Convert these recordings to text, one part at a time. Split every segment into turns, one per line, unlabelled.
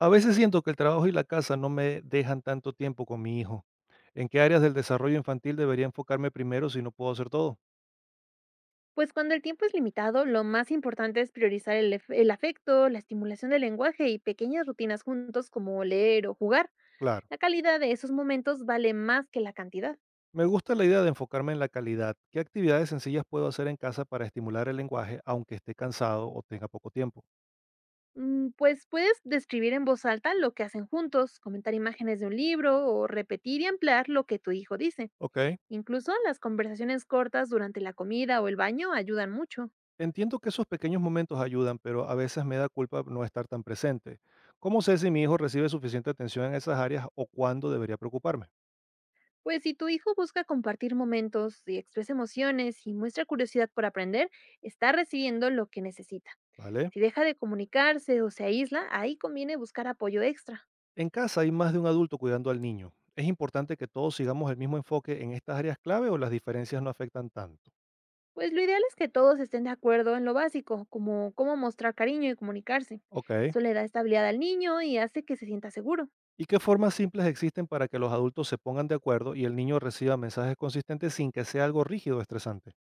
A veces siento que el trabajo y la casa no me dejan tanto tiempo con mi hijo. ¿En qué áreas del desarrollo infantil debería enfocarme primero si no puedo hacer todo?
Pues cuando el tiempo es limitado, lo más importante es priorizar el afecto, la estimulación del lenguaje y pequeñas rutinas juntos como leer o jugar.
Claro.
La calidad de esos momentos vale más que la cantidad.
Me gusta la idea de enfocarme en la calidad. ¿Qué actividades sencillas puedo hacer en casa para estimular el lenguaje aunque esté cansado o tenga poco tiempo?
Pues puedes describir en voz alta lo que hacen juntos, comentar imágenes de un libro o repetir y ampliar lo que tu hijo dice.
Ok.
Incluso las conversaciones cortas durante la comida o el baño ayudan mucho.
Entiendo que esos pequeños momentos ayudan, pero a veces me da culpa no estar tan presente. ¿Cómo sé si mi hijo recibe suficiente atención en esas áreas o cuándo debería preocuparme?
Pues si tu hijo busca compartir momentos y expresa emociones y muestra curiosidad por aprender, está recibiendo lo que necesita.
¿Vale?
Si deja de comunicarse o se aísla, ahí conviene buscar apoyo extra.
En casa hay más de un adulto cuidando al niño. ¿Es importante que todos sigamos el mismo enfoque en estas áreas clave o las diferencias no afectan tanto?
Pues lo ideal es que todos estén de acuerdo en lo básico, como cómo mostrar cariño y comunicarse.
Ok.
Eso le da estabilidad al niño y hace que se sienta seguro.
¿Y qué formas simples existen para que los adultos se pongan de acuerdo y el niño reciba mensajes consistentes sin que sea algo rígido o estresante?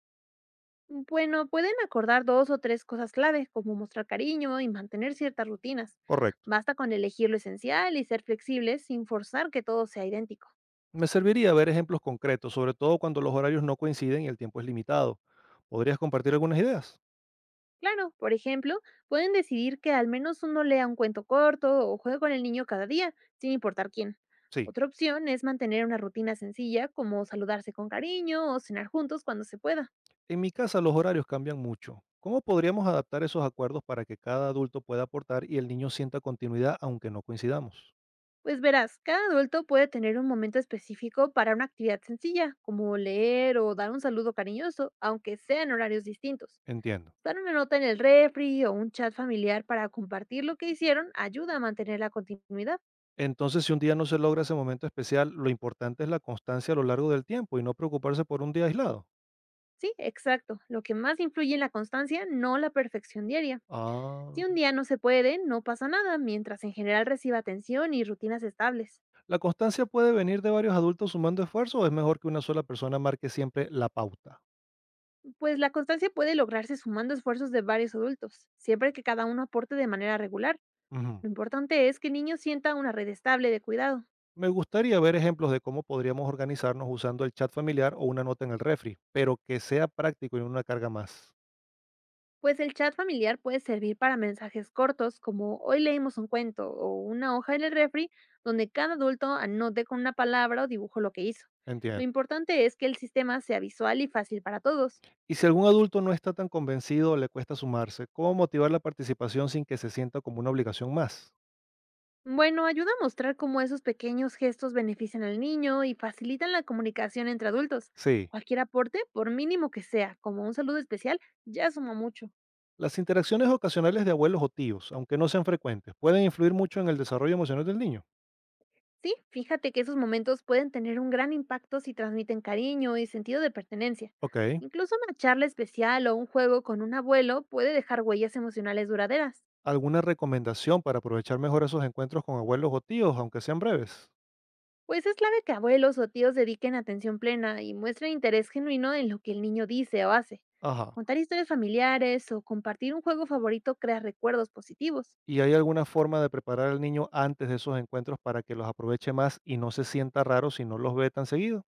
Bueno, pueden acordar dos o tres cosas clave, como mostrar cariño y mantener ciertas rutinas.
Correcto.
Basta con elegir lo esencial y ser flexibles sin forzar que todo sea idéntico.
Me serviría ver ejemplos concretos, sobre todo cuando los horarios no coinciden y el tiempo es limitado. ¿Podrías compartir algunas ideas?
Claro, por ejemplo, pueden decidir que al menos uno lea un cuento corto o juegue con el niño cada día, sin importar quién.
Sí.
Otra opción es mantener una rutina sencilla como saludarse con cariño o cenar juntos cuando se pueda.
En mi casa los horarios cambian mucho. ¿Cómo podríamos adaptar esos acuerdos para que cada adulto pueda aportar y el niño sienta continuidad aunque no coincidamos?
Pues verás, cada adulto puede tener un momento específico para una actividad sencilla, como leer o dar un saludo cariñoso, aunque sean horarios distintos.
Entiendo.
Dar una nota en el refri o un chat familiar para compartir lo que hicieron ayuda a mantener la continuidad.
Entonces, si un día no se logra ese momento especial, lo importante es la constancia a lo largo del tiempo y no preocuparse por un día aislado.
Sí, exacto. Lo que más influye en la constancia, no la perfección diaria.
Ah.
Si un día no se puede, no pasa nada, mientras en general reciba atención y rutinas estables.
¿La constancia puede venir de varios adultos sumando esfuerzo o es mejor que una sola persona marque siempre la pauta?
Pues la constancia puede lograrse sumando esfuerzos de varios adultos, siempre que cada uno aporte de manera regular.
Ujú.
Lo importante es que el niño sienta una red estable de cuidado.
Me gustaría ver ejemplos de cómo podríamos organizarnos usando el chat familiar o una nota en el refri, pero que sea práctico y no una carga más.
Pues el chat familiar puede servir para mensajes cortos como hoy leímos un cuento o una hoja en el refri donde cada adulto anote con una palabra o dibujo lo que hizo. Lo
Entiendo.
importante es que el sistema sea visual y fácil para todos.
Y si algún adulto no está tan convencido o le cuesta sumarse, ¿cómo motivar la participación sin que se sienta como una obligación más?
Bueno, ayuda a mostrar cómo esos pequeños gestos benefician al niño y facilitan la comunicación entre adultos.
Sí.
Cualquier aporte, por mínimo que sea, como un saludo especial, ya suma mucho.
Las interacciones ocasionales de abuelos o tíos, aunque no sean frecuentes, pueden influir mucho en el desarrollo emocional del niño.
Sí, fíjate que esos momentos pueden tener un gran impacto si transmiten cariño y sentido de pertenencia.
Ok.
Incluso una charla especial o un juego con un abuelo puede dejar huellas emocionales duraderas.
¿Alguna recomendación para aprovechar mejor esos encuentros con abuelos o tíos, aunque sean breves?
Pues es clave que abuelos o tíos dediquen atención plena y muestren interés genuino en lo que el niño dice o hace.
Ajá.
Contar historias familiares o compartir un juego favorito crea recuerdos positivos.
¿Y hay alguna forma de preparar al niño antes de esos encuentros para que los aproveche más y no se sienta raro si no los ve tan seguido?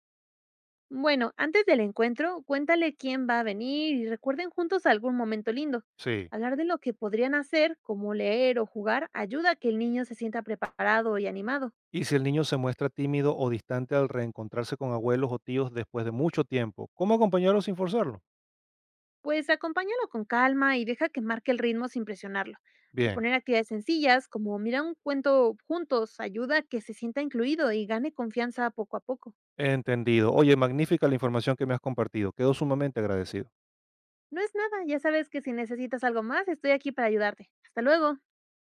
Bueno, antes del encuentro, cuéntale quién va a venir y recuerden juntos algún momento lindo.
Sí.
Hablar de lo que podrían hacer, como leer o jugar, ayuda a que el niño se sienta preparado y animado.
¿Y si el niño se muestra tímido o distante al reencontrarse con abuelos o tíos después de mucho tiempo? ¿Cómo acompañarlo sin forzarlo?
Pues acompáñalo con calma y deja que marque el ritmo sin presionarlo.
Bien,
Proponer actividades sencillas, como mirar un cuento juntos, ayuda a que se sienta incluido y gane confianza poco a poco.
entendido. Oye, magnífica la información que me has compartido. Quedo sumamente agradecido.
No es nada, ya sabes que si necesitas algo más, estoy aquí para ayudarte. Hasta luego.